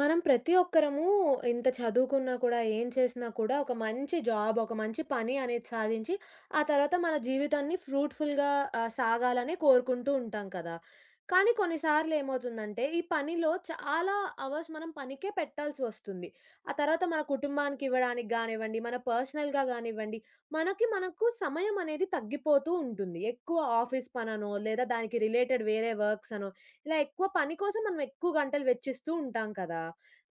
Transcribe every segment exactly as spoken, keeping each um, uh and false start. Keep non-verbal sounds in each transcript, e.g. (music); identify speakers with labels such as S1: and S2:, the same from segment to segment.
S1: మనం ప్రతి ఒక్కరము ఇంత చదువుకున్నా కూడా, ఏం చేసినా కూడా ఒక మంచి జాబ్, ఒక మంచి పని అనేది సాధించి, ఆ తర్వాత మన జీవితాన్ని ఫ్రూట్‌ఫుల్‌గా ఆహ్, సాగాలనే కోరుకుంటూ ఉంటాం కదా! కానీ కొన్నిసార్లు ఏమవుతుందంటే, ఈ పనిలో చాలా అవర్స్ మనం పనికే పెట్టాల్సి వస్తుంది. ఆ తర్వాత మన కుటుంబానికి ఇవ్వడానికి గానివ్వండి, మన పర్సనల్‌గా గానివ్వండి, మనకి మనకు సమయం అనేది తగ్గిపోతూ ఉంటుంది. ఎక్కువ ఆఫీస్ పననో, లేదా దానికి రిలేటెడ్ వేరే వర్క్స్ అనో ఇలా ఎక్కువ పని కోసం మనం ఎక్కువ గంటలు వెచ్చిస్తూ ఉంటాం కదా!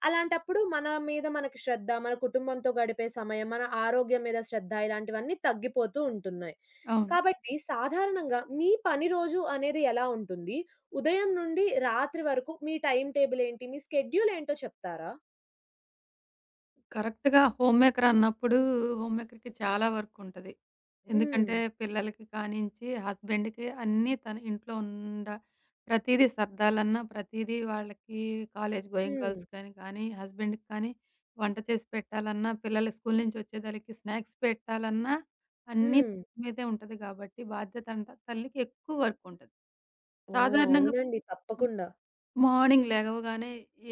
S1: అలాంటప్పుడు మన మీద మనకి శ్రద్ధ, మన కుటుంబంతో గడిపే సమయం, మన ఆరోగ్యం మీద శ్రద్ధ ఇలాంటివన్నీ తగ్గిపోతూ ఉంటున్నాయి.
S2: అవును.
S1: కాబట్టి సాధారణంగా మీ పని రోజు అనేది ఎలా ఉంటుంది? ఉదయం నుండి రాత్రి వరకు మీ టైమ్ టేబుల్ ఏంటి? మీ స్కెడ్యూల్ ఏంటో చెప్తారా?
S2: కరెక్ట్‌గా హోమ్ మేకర్ అన్నప్పుడు హోమ్ మేకర్‌కి చాలా వర్క్ ఉంటది.
S1: హ్మ్.
S2: ఎందుకంటే పిల్లలకి కానించి హస్బెండ్‌కి అన్నీ తన ఇంట్లో ఉండ ప్రతీదీ సర్దాలన్నా, ప్రతీదీ వాళ్ళకి కాలేజ్ గోయింగ్
S1: హ్మ్.
S2: గర్ల్స్ కానీ, కానీ హస్బెండ్‌కి కానీ వంట చేసి పెట్టాలన్నా, పిల్లలు స్కూల్ నుంచి వచ్చేదలకి స్నాక్స్ పెట్టాలన్నా అన్నీ
S1: హ్మ్.
S2: తన మీదే ఉంటది కాబట్టి బాధ్యత అంతా తల్లికి ఎక్కువ వర్క్ ఉంటది.
S1: ఓహ్!
S2: సాధారణంగా
S1: అవునండి. తప్పకుండా.
S2: మార్నింగ్ లెగవగానే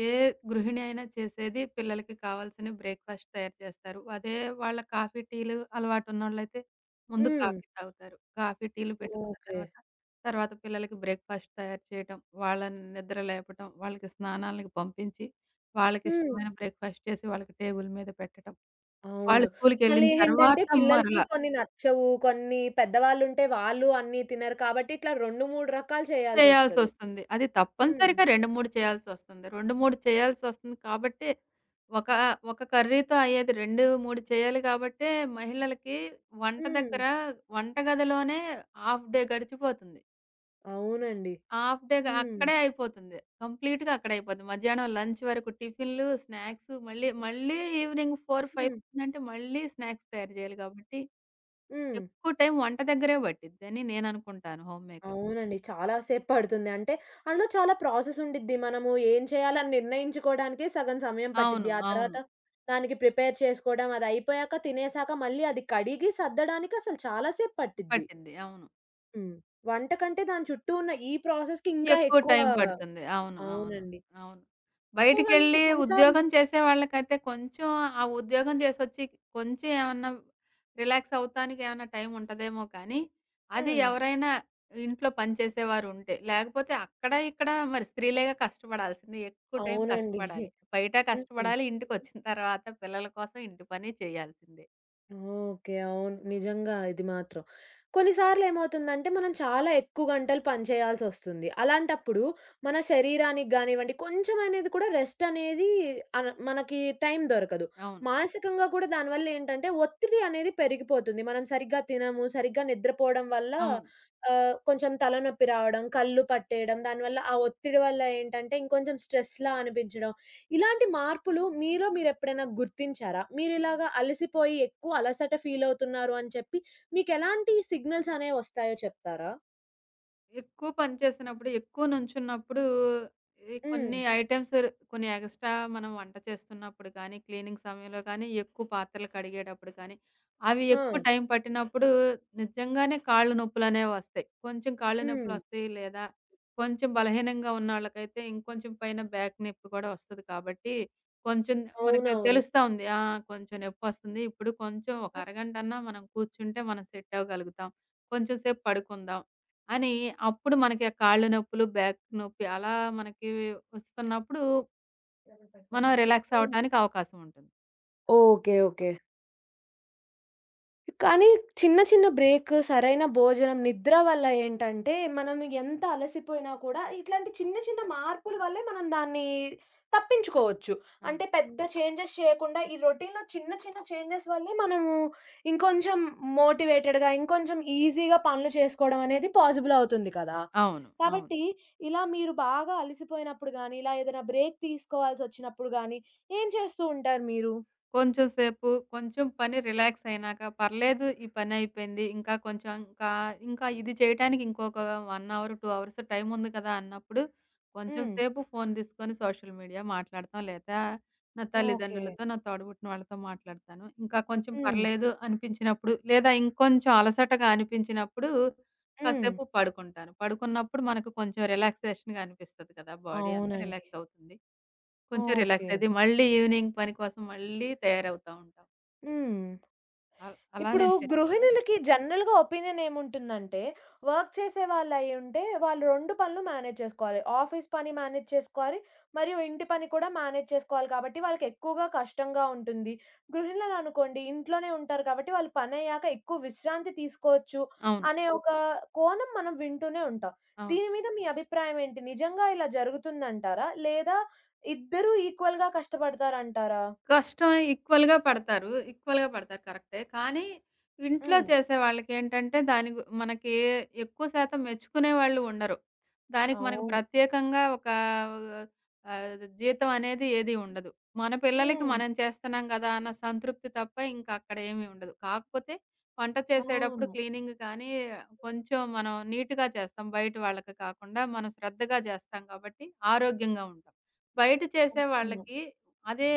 S2: ఏ గృహిణి అయినా చేసేది పిల్లలకి కావాల్సిన బ్రేక్‌ఫాస్ట్ తయారు చేస్తారు. అదే వాళ్ళ కాఫీ, టీలు అలవాటు ఉన్నోళ్ళైతే ముందు
S1: హ్మ్.
S2: కాఫీ తాగుతారు. కాఫీ, టీలు పెట్టుకున్న
S1: ఓకే.
S2: తర్వాత, తర్వాత పిల్లలకి బ్రేక్‌ఫాస్ట్ తయారు చేయటం, వాళ్ళని నిద్ర లేపటం, వాళ్ళకి స్నానాలకి పంపించి,
S1: హ్మ్.
S2: వాళ్ళకిష్టమైన బ్రేక్‌ఫాస్ట్ చేసి వాళ్ళకి టేబుల్ మీద పెట్టటం. వాళ్ళు
S1: అవును. మళ్ళీ
S2: స్కూలుకెళ్ళిన
S1: హ్మ్.
S2: తర్వాత
S1: ఏంటంటే
S2: మరల
S1: పిల్లలకి కొన్ని నచ్చవు. కొన్ని పెద్దవాళ్ళుంటే వాళ్ళు అన్నీ తినరు కాబట్టి ఇట్లా రెండు, మూడు రకాలు చేయాల్సొస్తది.
S2: చేయాల్సొస్తుంది. అది
S1: హ్మ్.
S2: తప్పనిసరిగా రెండు, మూడు చేయాల్సొస్తుంది. రెండు, మూడు చేయాల్సొస్తుంది కాబట్టే, ఒక ఒక కర్రీతో అయ్యేది రెండు, మూడు చేయాలి కాబట్టే, మహిళలకి వంట
S1: హ్మ్.
S2: దగ్గర వంటగదిలోనే హాఫ్ డే గడిచిపోతుంది.
S1: అవునండి.
S2: హాఫ్ డే గ
S1: హ్మ్.
S2: అక్కడే అయిపోతుంది. కంప్లీట్‌గా అక్కడే అయిపోతుంది. మధ్యాహ్నం లంచ్ వరకు టిఫిన్‌లు, స్నాక్స్ మళ్ళీ మళ్ళీ ఈవినింగ్ నాలుగు, ఐదు
S1: హ్మ్.
S2: అంటే మళ్ళీ స్నాక్స్ తయారు చేయాలి కాబట్టి,
S1: హ్మ్.
S2: ఎక్కువ టైం వంట దగ్గరే పట్టిద్దని నేననుకుంటాను హోమ్ మేకర్.
S1: అవునండి. చాలా సేపు పడుతుంది. అంటే అందులో చాలా ప్రాసెస్ ఉండిద్ది. మనము ఏం చేయాలని నిర్ణయించుకోవడానికే సగం సమయం
S2: అవును.
S1: పట్టిద్ది. ఆ
S2: అవును.
S1: తర్వాత దానికి ప్రిపేర్ చేసుకోవడం, అదయిపోయాక తినేసాక మళ్ళీ అది కడిగి సర్దడానికి అసలు చాలా సేపు పట్టిద్ది.
S2: పట్టిద్ది. అవును.
S1: హ్మ్. వంట కంటే దాని చుట్టూ ఉన్న ఈ ప్రాసెస్‌కి ఇంకా
S2: ఎక్కువ
S1: ఎక్కువ
S2: టైం పడుతుంది. అవును. అవును.
S1: అవునండి.
S2: అవును.
S1: ఎక్కువగా అంటే
S2: బయటికెళ్ళి
S1: కొన్ని సార్లు
S2: ఉద్యోగం చేసే వాళ్ళకైతే కొంచెం ఆ ఉద్యోగం చేసొచ్చి కొంచెం ఏమన్నా రిలాక్స్ అవుతానికి ఏమన్నా టైం ఉంటదేమో కానీ, అది
S1: హ్మ్.
S2: ఎవరైనా ఇంట్లో పని చేసేవారుంటే. లేకపోతే అక్కడ, ఇక్కడ మరి స్త్రీలేగా కష్టపడాల్సింది. ఎక్కువ టైం
S1: అవునండి.
S2: కష్టపడాలి. బయట
S1: హ్మ్.
S2: కష్టపడాలి. ఇంటికొచ్చిన తర్వాత పిల్లల కోసం ఇంటి పని చేయాల్సిందే.
S1: ఓకే. అవును. నిజంగా ఇది మాత్రం. కొన్నిసార్లు ఏమవుతుందంటే, మనం చాలా ఎక్కువ గంటలు పని చేయాల్సొస్తుంది. అలాంటప్పుడు మన శరీరానికి గానివ్వండి, కొంచెం అనేది కూడా రెస్ట్ అనేది అన మనకి టైం దొరకదు.
S2: అవును.
S1: మానసికంగా కూడా దానివల్ల ఏంటంటే, ఒత్తిడి అనేది పెరిగిపోతుంది. మనం సరిగ్గా తినము, సరిగ్గా నిద్రపోవడం వల్ల
S2: అవును.
S1: ఆహ్, కొంచెం తలనొప్పి రావడం, కళ్ళు పట్టేయడం, దానివల్ల ఆ ఒత్తిడి వల్ల ఏంటంటే, ఇంకొంచెం స్ట్రెస్‌లా అనిపించడం, ఇలాంటి మార్పులు మీలో మీరెప్పుడైనా గుర్తించారా? మీరిలాగా అలసిపోయి ఎక్కువ అలసట ఫీలవుతున్నారు అని చెప్పి మీకెలాంటి సిగ్నల్స్ అనేవొస్తాయో చెప్తారా?
S2: ఎక్కువ పని చేసినప్పుడు, ఎక్కువ నుంచున్నప్పుడు ఈ
S1: హ్మ్.
S2: కొన్ని ఐటెమ్స్ కొన్ని ఎక్స్‌ట్రా మనం వంట చేస్తున్నప్పుడు కానీ, క్లీనింగ్ సమయంలో కానీ, ఎక్కువ పాత్రలు కడిగేటప్పుడు కానీ, అవి
S1: ఆ!
S2: ఎక్కువ టైం పట్టినప్పుడు నిజంగానే కాళ్ళు నొప్పులనేవి వస్తాయి. కొంచెం కాళ్ళు
S1: హ్మ్.
S2: నొప్పులొస్తాయి లేదా కొంచెం బలహీనంగా ఉన్నోళ్ళకైతే ఇంకొంచెం పైన బ్యాక్ నొప్పి కూడా వస్తది కాబట్టి, కొంచెం మనకి
S1: అవునవును.
S2: తెలుస్తా ఉంది. ఆ! కొంచెం నొప్పొస్తుంది. ఇప్పుడు కొంచెం ఒక అరగంటన్నా మనం కూర్చుంటే మనం సెట్ అవ్వగలుగుతాం. కొంచెం సేపు పడుకుందాం. అని అప్పుడు మనకి ఆ కాళ్ళు నొప్పులు, బ్యాక్ నొప్పి అలా మనకి వస్తున్నప్పుడు మనం
S1: (unintelligible)
S2: రిలాక్స్
S1: హ్మ్.
S2: అవ్వటానికి అవకాశం ఉంటుంది.
S1: ఓకే. ఓకే. కానీ చిన్న చిన్న బ్రేక్, సరైన భోజనం, నిద్ర వల్ల ఏంటంటే, మనం ఎంత అలసిపోయినా కూడా ఇట్లాంటి చిన్న చిన్న మార్పుల వల్లే మనం దాన్ని తప్పించుకోవచ్చు.
S2: అవును.
S1: అంటే పెద్ద చేంజెస్ చేయకుండా ఈ రొటీన్‌లో చిన్న చిన్న చేంజెస్ వల్లే మనము ఇంకొంచెం మోటివేటెడ్‌గా, ఇంకొంచెం ఈజీగా పనులు చేసుకోవడం అనేది పాసిబుల్ అవుతుంది కదా!
S2: అవును. అవును.
S1: కాబట్టి ఇలా మీరు బాగా అలసిపోయినప్పుడు గానీ, ఇలా ఏదైనా బ్రేక్ తీసుకోవాల్సొచ్చినప్పుడు గానీ, ఏం చేస్తూ ఉంటారు మీరు?
S2: కొంచెం సేపు, కొంచెం పని రిలాక్స్ అయినాక, పర్లేదు ఈ పనయిపోయింది. ఇంకా కొంచెం ఇంకా, ఇంకా ఇది చేయటానికి ఇంకొక ఒక అవర్, రెండు అవర్స్ టైం ఉంది కదా! అన్నప్పుడు, కొంచెం
S1: హ్మ్.
S2: సేపు ఫోను తీసుకొని సోషల్ మీడియా మాట్లాడతాం. లేదా నా
S1: ఓకే.
S2: తల్లిదండ్రులతో, నా తోడబుట్టిన వాళ్ళతో మాట్లాడతాను. ఇంకా కొంచెం
S1: హ్మ్.
S2: పర్లేదు అనిపించినప్పుడు, లేదా ఇంకొంచెం అలసటగా అనిపించినప్పుడు,
S1: హ్మ్.
S2: కాసేపు పడుకుంటాను. పడుకున్నప్పుడు మనకు కొంచెం రిలాక్సేషన్‌గా అనిపిస్తది కదా! బాడీ అంతా
S1: అవునండి.
S2: రిలాక్స్ అవుతుంది. కొంచెం రిలాక్స్
S1: ఓకే.
S2: అయిద్ది. మళ్ళీ ఈవినింగ్ పని కోసం మళ్ళీ తయారవుతా ఉంటాం.
S1: హ్మ్.
S2: అల్ అలా
S1: ఇప్పుడు
S2: నేను సెట్ చేస్తాను.
S1: గృహిణులకి జనరల్‌గా ఒపీనియన్ ఏముంటుందంటే, వర్క్ చేసే వాళ్ళయ్యుంటే వాళ్ళు రెండు పనులు మేనేజ్ చేసుకోవాలి. ఆఫీస్ పని మేనేజ్ చేసుకోవాలి, మరియు ఇంటి పని కూడా మేనేజ్ చేసుకోవాలి కాబట్టి వాళ్ళకెక్కువగా కష్టంగా ఉంటుంది. గృహిణులనుకోండి ఇంట్లోనే ఉంటారు కాబట్టి వాళ్ళు పనయ్యాక ఎక్కువ విశ్రాంతి తీసుకోవచ్చు
S2: అవును.
S1: అనే ఒక కోణం మనం వింటూనే ఉంటాం.
S2: అవును.
S1: దీని మీద మీ అభిప్రాయం ఏంటి? నిజంగా ఇలా జరుగుతుందంటారా? లేదా ఇద్దరూ ఈక్వల్‌గా కష్టపడతారంటారా?
S2: కష్టం ఈక్వల్‌గా పడతారు. ఈక్వల్‌గా పడతారు కరెక్టే. కానీ ఇంట్లో
S1: హ్మ్.
S2: చేసే వాళ్ళకేంటంటే దాని గు మనకి ఎక్కువ శాతం మెచ్చుకునే వాళ్ళు ఉండరు. దానికి మనకు
S1: అవును.
S2: ప్రత్యేకంగా ఒక ఆహ్, జీతం అనేది ఏది ఉండదు. మన పిల్లలకి
S1: హ్మ్.
S2: మనం చేస్తున్నాం కదా! అన్న సంతృప్తి తప్ప ఇంకా అక్కడ ఏమీ ఉండదు. కాకపోతే వంట చేసేటప్పుడు
S1: అవును.
S2: క్లీనింగ్ కానీ కొంచెం మనం నీట్‌గా చేస్తాం. బయట వాళ్ళకి కాకుండా మనం శ్రద్ధగా చేస్తాం కాబట్టి ఆరోగ్యంగా ఉంటాం. బయట చేసే
S1: అవును.
S2: వాళ్ళకి అదే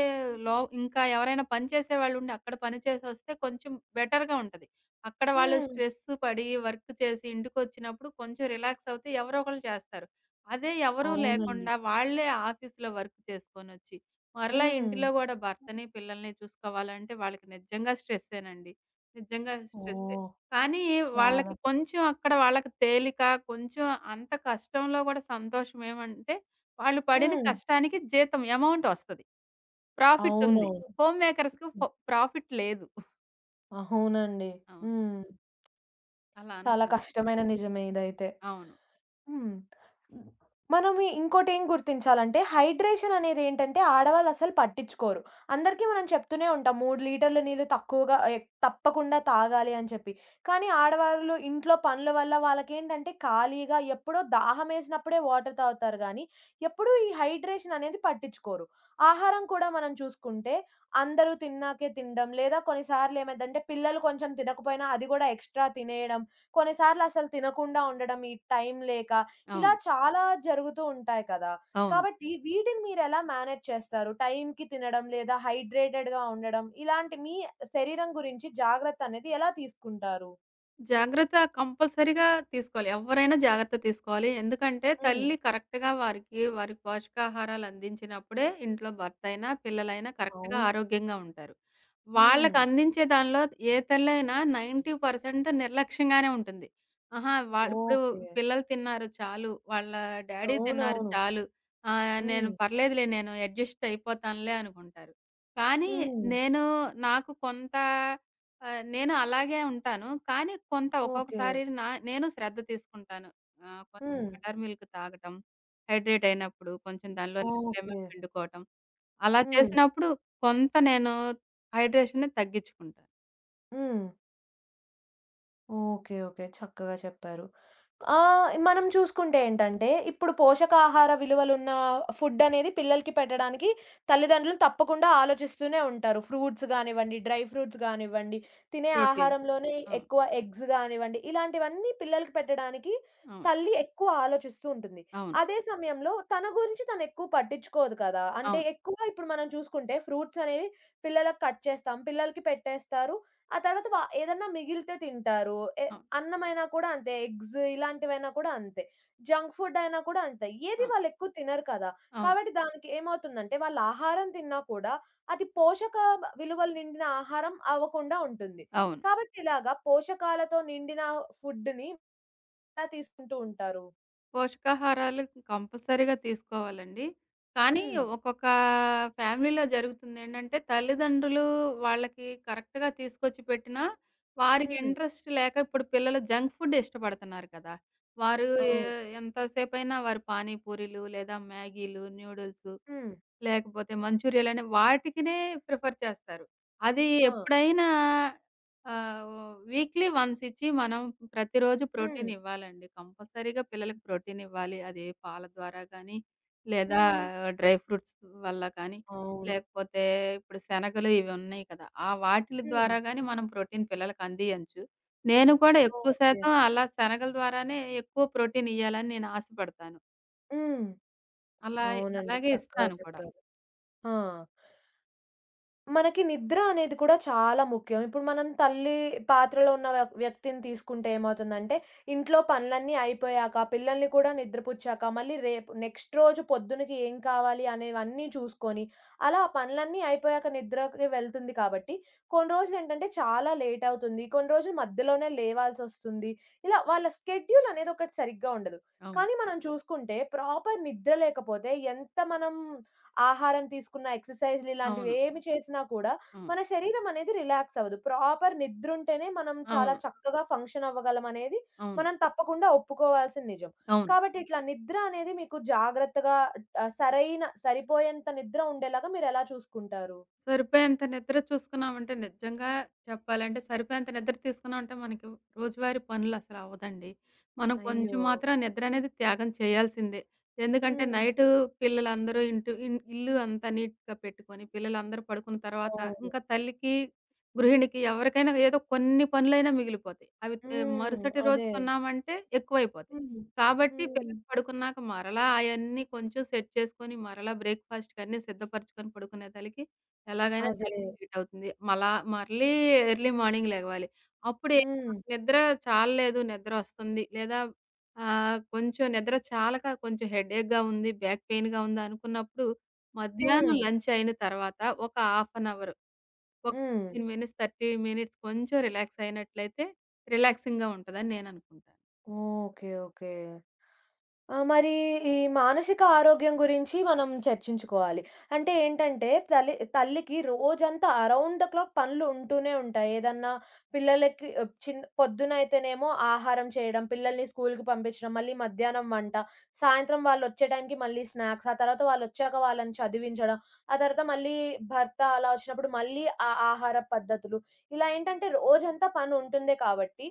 S2: లో ఇంకా ఎవరైనా పని చేసేవాళ్ళుండి అక్కడ పని చేసొస్తే కొంచెం బెటర్‌గా ఉంటది. అక్కడ వాళ్ళు
S1: హ్మ్.
S2: స్ట్రెస్ పడి వర్క్ చేసి ఇంటికొచ్చినప్పుడు కొంచెం రిలాక్స్ అవుతే ఎవరో ఒకళ్ళు చేస్తారు. అదే ఎవరూ
S1: అవునండి.
S2: లేకుండా వాళ్ళే ఆఫీస్‌లో వర్క్ చేసుకొనొచ్చి, మరలా
S1: హ్మ్.
S2: ఇంటిలో గూడా భర్తని, పిల్లల్ని చూసుకోవాలంటే వాళ్ళకి నిజంగా స్ట్రెస్సేనండి. నిజంగా స్ట్రెస్సే.
S1: ఓహ్!
S2: కానీ
S1: చాలా.
S2: వాళ్ళకి కొంచెం అక్కడ వాళ్ళకి తేలిక, కొంచెం అంత కష్టంలో గూడా సంతోషం ఏమంటే వాళ్ళు పడిన
S1: హ్మ్.
S2: కష్టానికి జీతం అమౌంట్ ఒస్తది. ప్రాఫిట్ ఉంది.
S1: అవునవును.
S2: హోమ్ మేకర్స్‌కి ఫ ప్రాఫిట్ లేదు.
S1: అవునండి.
S2: అవును.
S1: హ్మ్.
S2: అలా
S1: చాలా
S2: అనుకుంటాను.
S1: కష్టమైన నిజమే ఇదైతే.
S2: అవును.
S1: హ్మ్. హ్మ్. మనం ఇంకోటేం గుర్తించాలంటే హైడ్రేషన్ అనేదేంటంటే ఆడవాళ్ళు అసలు పట్టించుకోరు. అందరికీ మనం చెప్తూనే ఉంటాం మూడు లీటర్ల నీళ్ళు తక్కువగా ఎక్ తప్పకుండా తాగాలి అని చెప్పి. కానీ ఆడవాళ్ళు ఇంట్లో పనుల వల్ల వాళ్ళకేంటంటే ఖాళీగా ఎప్పుడో దాహమేసినప్పుడే వాటర్ తాగుతారు గానీ, ఎప్పుడూ ఈ హైడ్రేషన్ అనేది పట్టించుకోరు. ఆహారం కూడా మనం చూసుకుంటే అందరూ తిన్నాకే తినడం, లేదా కొన్నిసార్లేమైద్దంటే పిల్లలు కొంచెం తినకపోయినా అది గూడా ఎక్స్‌ట్రా తినేయడం, కొన్నిసార్లు అసలు తినకుండా ఉండడం, ఈ టైం లేక, ఇలా
S2: అవును.
S1: చాలా జరుగుతూ ఉంటాయి కదా!
S2: అవును.
S1: కాబట్టి వీటిని మీరెలా మేనేజ్ చేస్తారు? టైంకి తినడం లేదా హైడ్రేటెడ్‌గా ఉండడం, ఇలాంటి మీ శరీరం గురించి జాగ్రత్త అనేది ఎలా తీసుకుంటారు?
S2: జాగ్రత్త కంపల్సరీగా తీసుకోవాలి. ఎవ్వరైనా జాగ్రత్త తీసుకోవాలి. ఎందుకంటే
S1: హ్మ్.
S2: తల్లి కరెక్ట్‌గా వారికి, వారి పోషకాహారాలు అందించినప్పుడే ఇంట్లో భర్తయినా, పిల్లలైనా కరెక్ట్‌గా
S1: అవును.
S2: ఆరోగ్యంగా ఉంటారు.
S1: హ్మ్.
S2: వాళ్ళకి అందించే దానిలో ఏ తల్లైనా తొంభై శాతం నిర్లక్ష్యంగానే ఉంటుంది. ఆహా! వాళ్ళు ఇప్పుడు
S1: ఓకే.
S2: పిల్లలు తిన్నారు చాలు, వాళ్ళ డ్యాడీ తిన్నారు
S1: అవునవును.
S2: చాలు, ఆహ్, నేను
S1: హ్మ్.
S2: పర్లేదులే నేను అడ్జస్ట్ అయిపోతానులే అనుకుంటారు. కానీ
S1: హ్మ్.
S2: నేను నాకు కొంత ఆహ్, నేను అలాగే ఉంటాను. కానీ కొంత
S1: ఓకే.
S2: ఒక్కొక్కసారి నా నేను శ్రద్ధ తీసుకుంటాను. ఆహ్, కొంచెం
S1: హ్మ్.
S2: బటర్ మిల్క్ తాగటం, హైడ్రేట్ అయినప్పుడు కొంచెం దానిలో
S1: ఓకే.
S2: లెమన్ పిండుకోవటం. అలా
S1: హ్మ్.
S2: చేసినప్పుడు కొంత నేను హైడ్రేషన్‌ని తగ్గించుకుంటాను.
S1: హ్మ్. ఓకే. ఓకే. చక్కగా చెప్పారు. ఆహ్, మనం చూసుకుంటే ఏంటంటే, ఇప్పుడు పోషకాహార విలువలున్న ఫుడ్డనేది పిల్లలకి పెట్టడానికి తల్లిదండ్రులు తప్పకుండా ఆలోచిస్తూనే ఉంటారు. ఫ్రూట్స్ గానివ్వండి, డ్రై ఫ్రూట్స్ గానివ్వండి, తినే
S2: ప్రోటీన్.
S1: ఆహారంలోనే
S2: అవును.
S1: ఎక్కువ ఎగ్స్ గానివ్వండి, ఇలాంటివన్నీ పిల్లలకి పెట్టడానికి
S2: అవును.
S1: తల్లి ఎక్కువ ఆలోచిస్తూ ఉంటుంది.
S2: అవును.
S1: అదే సమయంలో తన గురించి తనెక్కువ పట్టించుకోదు కదా! అంటే
S2: అవును.
S1: ఎక్కువ ఇప్పుడు మనం చూసుకుంటే ఫ్రూట్స్ అనేవి పిల్లలకి కట్ చేస్తాం, పిల్లలకి పెట్టేస్తారు. ఆ తర్వాత వ ఏదన్నా మిగిలితే తింటారు. ఎ
S2: అవును.
S1: అన్నమైనా కూడా అంతే. ఎగ్స్ ఇలాంటివైనా కూడా అంతే. జంక్ ఫుడ్ అయినా కూడా అంతే. ఏది
S2: అవును.
S1: వాళ్ళు ఎక్కువ తినరు కదా!
S2: అవును.
S1: కాబట్టి దానికి ఏమవుతుందంటే వాళ్ళు ఆహారం తిన్నా కూడా అది పోషక విలువలు నిండిన ఆహారం అవ్వకుండా ఉంటుంది.
S2: అవును.
S1: కాబట్టి ఇలాగా పోషకాలతో నిండిన ఫుడ్‌ని ఎలా తీసుకుంటూ ఉంటారు.
S2: పోషకాహారాలు కంపల్సరీగా తీసుకోవాలండి. కానీ
S1: హ్మ్.
S2: ఒక్కొక్క ఫ్యామిలీలో జరుగుతుందేంటంటే, తల్లిదండ్రులు వాళ్ళకి కరెక్ట్‌గా తీసుకొచ్చి పెట్టినా, వారికి
S1: హ్మ్.
S2: ఇంట్రెస్ట్ లేక ఇప్పుడు పిల్లలు జంక్ ఫుడ్ ఇష్టపడుతున్నారు కదా! వారు ఎ
S1: అవును.
S2: ఎంతసేపైనా వారు పానీ పూరీలు, లేదా మ్యాగీలు, నూడిల్స్
S1: హ్మ్.
S2: లేకపోతే మంచూరియాలని వాటికినే ప్రిఫర్ చేస్తారు. అది
S1: ఆ!
S2: ఎప్పుడైనా ఆహ్, వీక్లీ వన్స్ ఇచ్చి మనం ప్రతిరోజు
S1: హ్మ్.
S2: ప్రోటీన్ ఇవ్వాలండి. కంపల్సరీగా పిల్లలకి ప్రోటీన్ ఇవ్వాలి. అది పాల ద్వారా గానీ, లేదా
S1: హ్మ్.
S2: డ్రై ఫ్రూట్స్ వల్ల కానీ,
S1: అవును.
S2: లేకపోతే ఇప్పుడు శనగలు ఇవి ఉన్నాయి కదా! ఆ వాటిలి
S1: హ్మ్.
S2: ద్వారా గానీ మనం ప్రోటీన్ పిల్లలకి అందియొచ్చు. నేను కూడా ఎక్కువ
S1: ఓకే.
S2: శాతం అలా శనగల ద్వారానే ఎక్కువ ప్రోటీన్ ఇయ్యాలని నేను ఆశపడతాను.
S1: హ్మ్.
S2: అలా
S1: అవునండి.
S2: అలాగే
S1: చక్కగా
S2: ఇస్తాను కూడా.
S1: చెప్పారు. ఆ! మనకి నిద్ర అనేది కూడా చాలా ముఖ్యం. ఇప్పుడు మనం తల్లి పాత్రలో ఉన్న వ్య వ్యక్తిని తీసుకుంటే ఏమవుతుందంటే, ఇంట్లో పనులన్నీ అయిపోయాక, పిల్లల్ని కూడా నిద్రపుచ్చాక, మళ్ళీ రేపు నెక్స్ట్ రోజు పొద్దునకి ఏం కావాలి అనేవన్నీ చూసుకొని, అలా ఆ పనులన్నీ అయిపోయాక నిద్రకి వెళ్తుంది కాబట్టి, కొన్ని రోజులేంటంటే చాలా లేట్ అవుతుంది. కొన్ని రోజులు మధ్యలోనే లేవాల్సొస్తుంది. ఇలా వాళ్ళ స్కెడ్యూల్ అనేది ఒకటి సరిగ్గా ఉండదు.
S2: అవును.
S1: కానీ మనం చూసుకుంటే, ప్రాపర్ నిద్ర లేకపోతే ఎంత మనం ఆహారం తీసుకున్న, ఎక్సర్‌సైజ్‌లు ఇలాంటివి
S2: అవును.
S1: ఏమి చేసినా కూడా
S2: హ్మ్.
S1: మన శరీరం అనేది రిలాక్స్ అవ్వదు. ప్రాపర్ నిద్రుంటేనే మనం చాలా
S2: అవును.
S1: చక్కగా ఫంక్షన్ అవ్వగలమనేది
S2: అవును.
S1: మనం తప్పకుండా ఒప్పుకోవాల్సిన నిజం.
S2: అవును.
S1: కాబట్టి ఇట్లా నిద్ర అనేది మీకు జాగ్రత్తగా ఆహ్, సరైన సరిపోయేంత నిద్ర ఉండేలాగా మీరెలా చూసుకుంటారు?
S2: సరిపోయేంత నిద్ర చూసుకున్నామంటే నిజంగా చెప్పాలంటే సరిపోయేంత నిద్ర తీసుకున్నామంటే మనకి రోజువారీ పనులు అసలు అవ్వదండి. మనం కొంచెం
S1: అయ్యో!
S2: మాత్రం నిద్ర అనేది త్యాగం చేయాల్సిందే. ఎందుకంటే
S1: హ్మ్.
S2: నైటు పిల్లలందరూ ఇంటి ఇన్ ఇల్లు అంతా నీట్‌గా పెట్టుకొని, పిల్లలందరూ పడుకున్న తర్వాత
S1: అవును.
S2: ఇంకా తల్లికి, గృహిణికి ఎవరికైనా ఏదో కొన్ని పనులైనా మిగిలిపోతాయి. అవి తే
S1: హ్మ్.
S2: మరుసటి రోజు
S1: అదే.
S2: కొన్నామంటే ఎక్కువైపోతాయి.
S1: హ్మ్.
S2: కాబట్టి
S1: హ్మ్.
S2: పిల్లలు పడుకున్నాక మరలా అయన్నీ కొంచెం సెట్ చేసుకొని, మరలా బ్రేక్‌ఫాస్ట్‌కన్నీ సిద్ధపరచుకొని పడుకునేతలకి ఎలాగైనా
S1: అదే.
S2: తలకి లేటవుతుంది. మళ్ళా మళ్ళీ ఎర్లీ మార్నింగ్ లెగవాలి. అప్పుడే
S1: హ్మ్.
S2: మనకి నిద్ర చాలలేదు, నిద్రొస్తుంది లేదా ఆహ్, కొంచెం నిద్ర చాలక కొంచెం హెడేక్‌గా ఉంది, బ్యాక్ పెయిన్‌గా ఉంది అనుకున్నప్పుడు
S1: హ్మ్.
S2: మధ్యాహ్నం లంచ్ అయిన తర్వాత ఒక హాఫ్ అన్ అవర్, ఒక
S1: హ్మ్.
S2: పదిహేను మినిట్స్, ముప్పై మినిట్స్ కొంచెం రిలాక్స్ అయినట్లయితే రిలాక్సింగ్‌గా ఉంటదని నేననుకుంటాను.
S1: ఓకే. ఓకే. ఆ! మరి ఈ మానసిక ఆరోగ్యం గురించి మనం చర్చించుకోవాలి. అంటే ఏంటంటే తల్లి తల్లికి రోజంతా అరౌండ్ ద క్లాక్ పనులు ఉంటూనే ఉంటాయి. ఏదన్నా పిల్లలకి ఆహ్, చిన్ పొద్దునైతేనేమో ఆహారం చేయడం, పిల్లల్ని స్కూలుకి పంపించడం, మళ్ళీ మధ్యాహ్నం వంట, సాయంత్రం వాళ్ళొచ్చే టైంకి మళ్ళీ స్నాక్స్, ఆ తర్వాత వాళ్ళొచ్చాక వాళ్ళని చదివించడం, ఆ తర్వాత మళ్ళీ భర్త అలా వచ్చినప్పుడు మళ్ళీ ఆ ఆహార పద్ధతులు. ఇలా ఏంటంటే రోజంతా పని ఉంటుందే కాబట్టి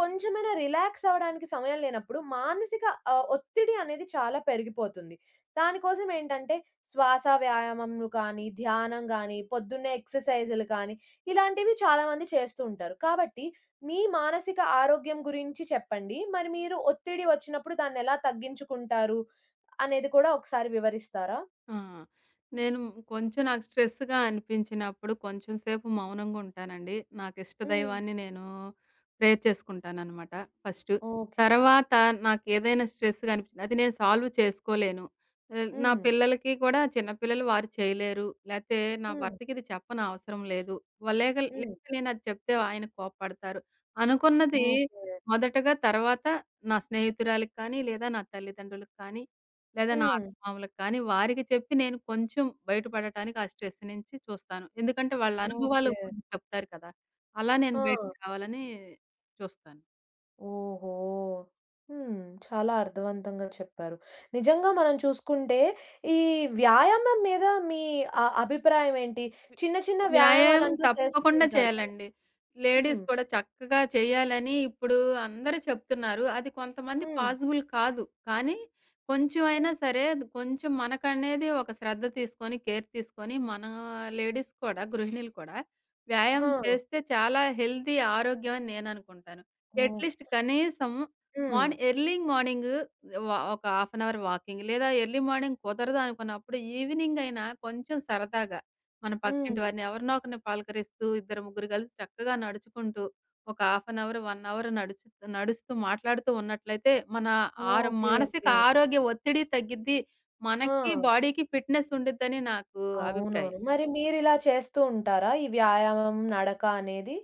S1: కొంచెమైనా రిలాక్స్ అవ్వడానికి సమయం లేనప్పుడు మానసిక ఆహ్, ఒత్తిడి అనేది చాలా పెరిగిపోతుంది. దానికోసం ఏంటంటే శ్వాస వ్యాయామంలు కానీ, ధ్యానం గానీ, పొద్దున్నే ఎక్సర్‌సైజులు కానీ, ఇలాంటివి చాలామంది చేస్తూ ఉంటారు. కాబట్టి మీ మానసిక ఆరోగ్యం గురించి చెప్పండి. మరి మీరు ఒత్తిడి వచ్చినప్పుడు దాన్నెలా తగ్గించుకుంటారు అనేది కూడా ఒకసారి వివరిస్తారా?
S2: ఆ! నేను కొంచెం నాకు స్ట్రెస్‌గా అనిపించినప్పుడు కొంచెం సేపు మౌనంగా ఉంటానండి. నాకు ఇష్ట
S1: హ్మ్.
S2: దైవాన్ని నేను ప్రేయర్ చేసుకుంటాననమాట ఫస్టు.
S1: ఓకే.
S2: తర్వాత నాకేదైనా స్ట్రెస్‌గా అనిపించింది అది నేను సాల్వ్ చేసుకోలేను. ఆహ్, నా
S1: హ్మ్.
S2: పిల్లలకి కూడా చిన్న పిల్లలు వారు చేయలేరు. లేతే నా
S1: హ్మ్.
S2: భర్తకి ఇది చెప్పన అవసరం లేదు. లేక
S1: హ్మ్.
S2: లేతే నేనది చెప్తే ఆయన కోప్పడతారు. అనుకున్నది
S1: ఓకే.
S2: మొదటగా తర్వాత నా స్నేహితురాలికి కానీ, లేదా నా తల్లిదండ్రులకు కానీ, లేదా నా
S1: హ్మ్.
S2: మామూలుగా. కానీ వారికి చెప్పి నేను కొంచెం బయటపడటానికి ఆ స్ట్రెస్ నుంచి చూస్తాను. ఎందుకంటే వాళ్ళ అనుభవాలు
S1: ఓకే.
S2: మనకు చెప్తారు కదా! అలా నేను
S1: ఆ!
S2: బయటికి రావాలని చూస్తాను.
S1: ఓహో! హ్మ్. చాలా అర్థవంతంగా చెప్పారు. నిజంగా మనం చూసుకుంటే, ఈ వ్యాయామం మీద మీ అ అభిప్రాయం ఏంటి? చిన్న చిన్న
S2: వ్యాయామం
S1: వ్యాయామాలంటూ చేస్తూ
S2: తప్పకుండా
S1: ఉంటారు కదా!
S2: చేయాలండి. లేడీస్
S1: హ్మ్.
S2: కూడా చక్కగా చేయాలని ఇప్పుడు అందరూ చెప్తున్నారు. అది కొంతమంది
S1: హ్మ్.
S2: పాసిబుల్ కాదు. కానీ కొంచెం
S1: హ్మ్.
S2: అయినా సరే అది కొంచెం మనకనేది ఒక శ్రద్ధ తీసుకొని, కేర్ తీసుకొని మన లేడీస్ కూడా, గృహిణులు కూడా వ్యాయామం
S1: హా!
S2: చేస్తే చాలా హెల్తీ ఆరోగ్యం అని నేననుకుంటాను.
S1: ఓకే.
S2: అట్‌లీస్ట్ కనీసం
S1: హ్మ్.
S2: మార్ని ఎర్లీ మార్నింగ్ వ ఒక హాఫ్ అన్ అవర్ వాకింగ్ లేదా ఎర్లీ మార్నింగ్ కుదరదు అనుకున్నప్పుడు ఈవినింగ్ అయినా కొంచెం సరదాగా మన
S1: హ్మ్.
S2: పక్కింటి వారిని ఎవరినో ఒకరిని పలకరిస్తూ ఇద్దరు ముగ్గురు కలిసి చక్కగా నడుచుకుంటూ ఒక హాఫ్ అన్ అవర్, ఒక అవర్ నడుచు నడుస్తూ మాట్లాడుతూ ఉన్నట్లయితే మన ఆర
S1: ఓకే.
S2: మానసిక
S1: ఓకే.
S2: ఆరోగ్య ఒత్తిడి తగ్గిద్ది.
S1: ఆ!
S2: మనకి బాడీకి ఫిట్‌నెస్ ఉండిద్దని నాకు అభిప్రాయం.
S1: అవునవును. మరి మీరిలా చేస్తూ ఉంటారా? ఈ వ్యాయామం, నడక అనేది?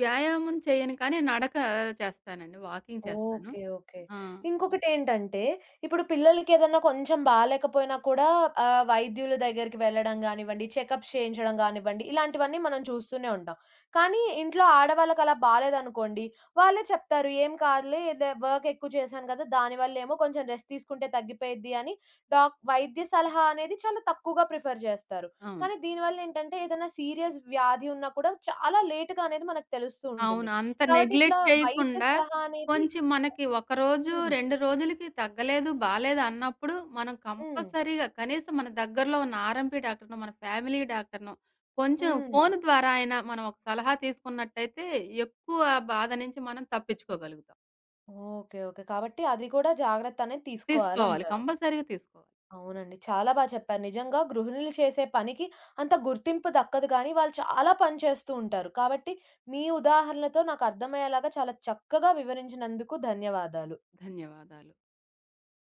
S2: వ్యాయామం చేయను కానీ నడక చేస్తానండి. వాకింగ్ చేస్తాను.
S1: ఓకే. ఓకే.
S2: ఆ!
S1: ఇంకొకటేంటంటే, ఇప్పుడు పిల్లలకేదన్నా కొంచెం బాలేకపోయినా కూడా ఆహ్, వైద్యుల దగ్గరికి వెళ్ళడం గానివ్వండి, చెకప్స్ చేయించడం గానివ్వండి, ఇలాంటివన్నీ మనం చూస్తూనే ఉంటాం. కానీ ఇంట్లో ఆడవాళ్ళకలా బాలేదనుకోండి, వాళ్ళే చెప్తారు, "ఏం కాదులే, ఇదే వర్క్ ఎక్కువ చేశాను కదా! దానివల్లేమో కొంచెం రెస్ట్ తీసుకుంటే తగ్గిపోయిద్ది" అని డాక్ వైద్య సలహా అనేది చాలా తక్కువగా ప్రిఫర్ చేస్తారు.
S2: అవును.
S1: కానీ దీనివల్లేంటంటే, ఏదైనా సీరియస్ వ్యాధి ఉన్నా కూడా చాలా లేట్‌గా అనేది మనకు తెలుస్తూ
S2: అవును.
S1: ఉంటుంది.
S2: అంత
S1: కాబట్టి ఇట్లా
S2: నెగ్లెక్ట్
S1: వైద్య
S2: చేయకుండా
S1: సలహా అనేది
S2: కొంచెం మనకి ఒక రోజు,
S1: హ్మ్.
S2: రెండు రోజులకి తగ్గలేదు, బాలేదు అన్నప్పుడు మనం
S1: హ్మ్.
S2: కంపల్సరీగా కనీసం మన దగ్గరలో ఉన్న ఆర్ఎంపీ డాక్టర్‌నో, మన ఫ్యామిలీ డాక్టర్‌నో కొంచెం
S1: హ్మ్.
S2: ఫోను ద్వారా అయినా మనం ఒక సలహా తీసుకున్నట్టయితే ఎక్కువ బాధ నుంచి మనం తప్పించుకోగలుగుతాం.
S1: ఓకే. ఓకే. కాబట్టి అది కూడా జాగ్రత్త అనేది
S2: తీసుకోవాలి.
S1: తీసుకోవాలంటారు.
S2: కంపల్సరీగా తీసుకోవాలి.
S1: అవునండి. చాలా బా చెప్పారు. నిజంగా గృహిణులు చేసే పనికి అంత గుర్తింపు దక్కదు కానీ, వాళ్ళు చాలా పని చేస్తూ ఉంటారు. కాబట్టి, మీ ఉదాహరణతో నాకు అర్థమయ్యేలాగా చాలా చక్కగా వివరించినందుకు ధన్యవాదాలు.
S2: ధన్యవాదాలు.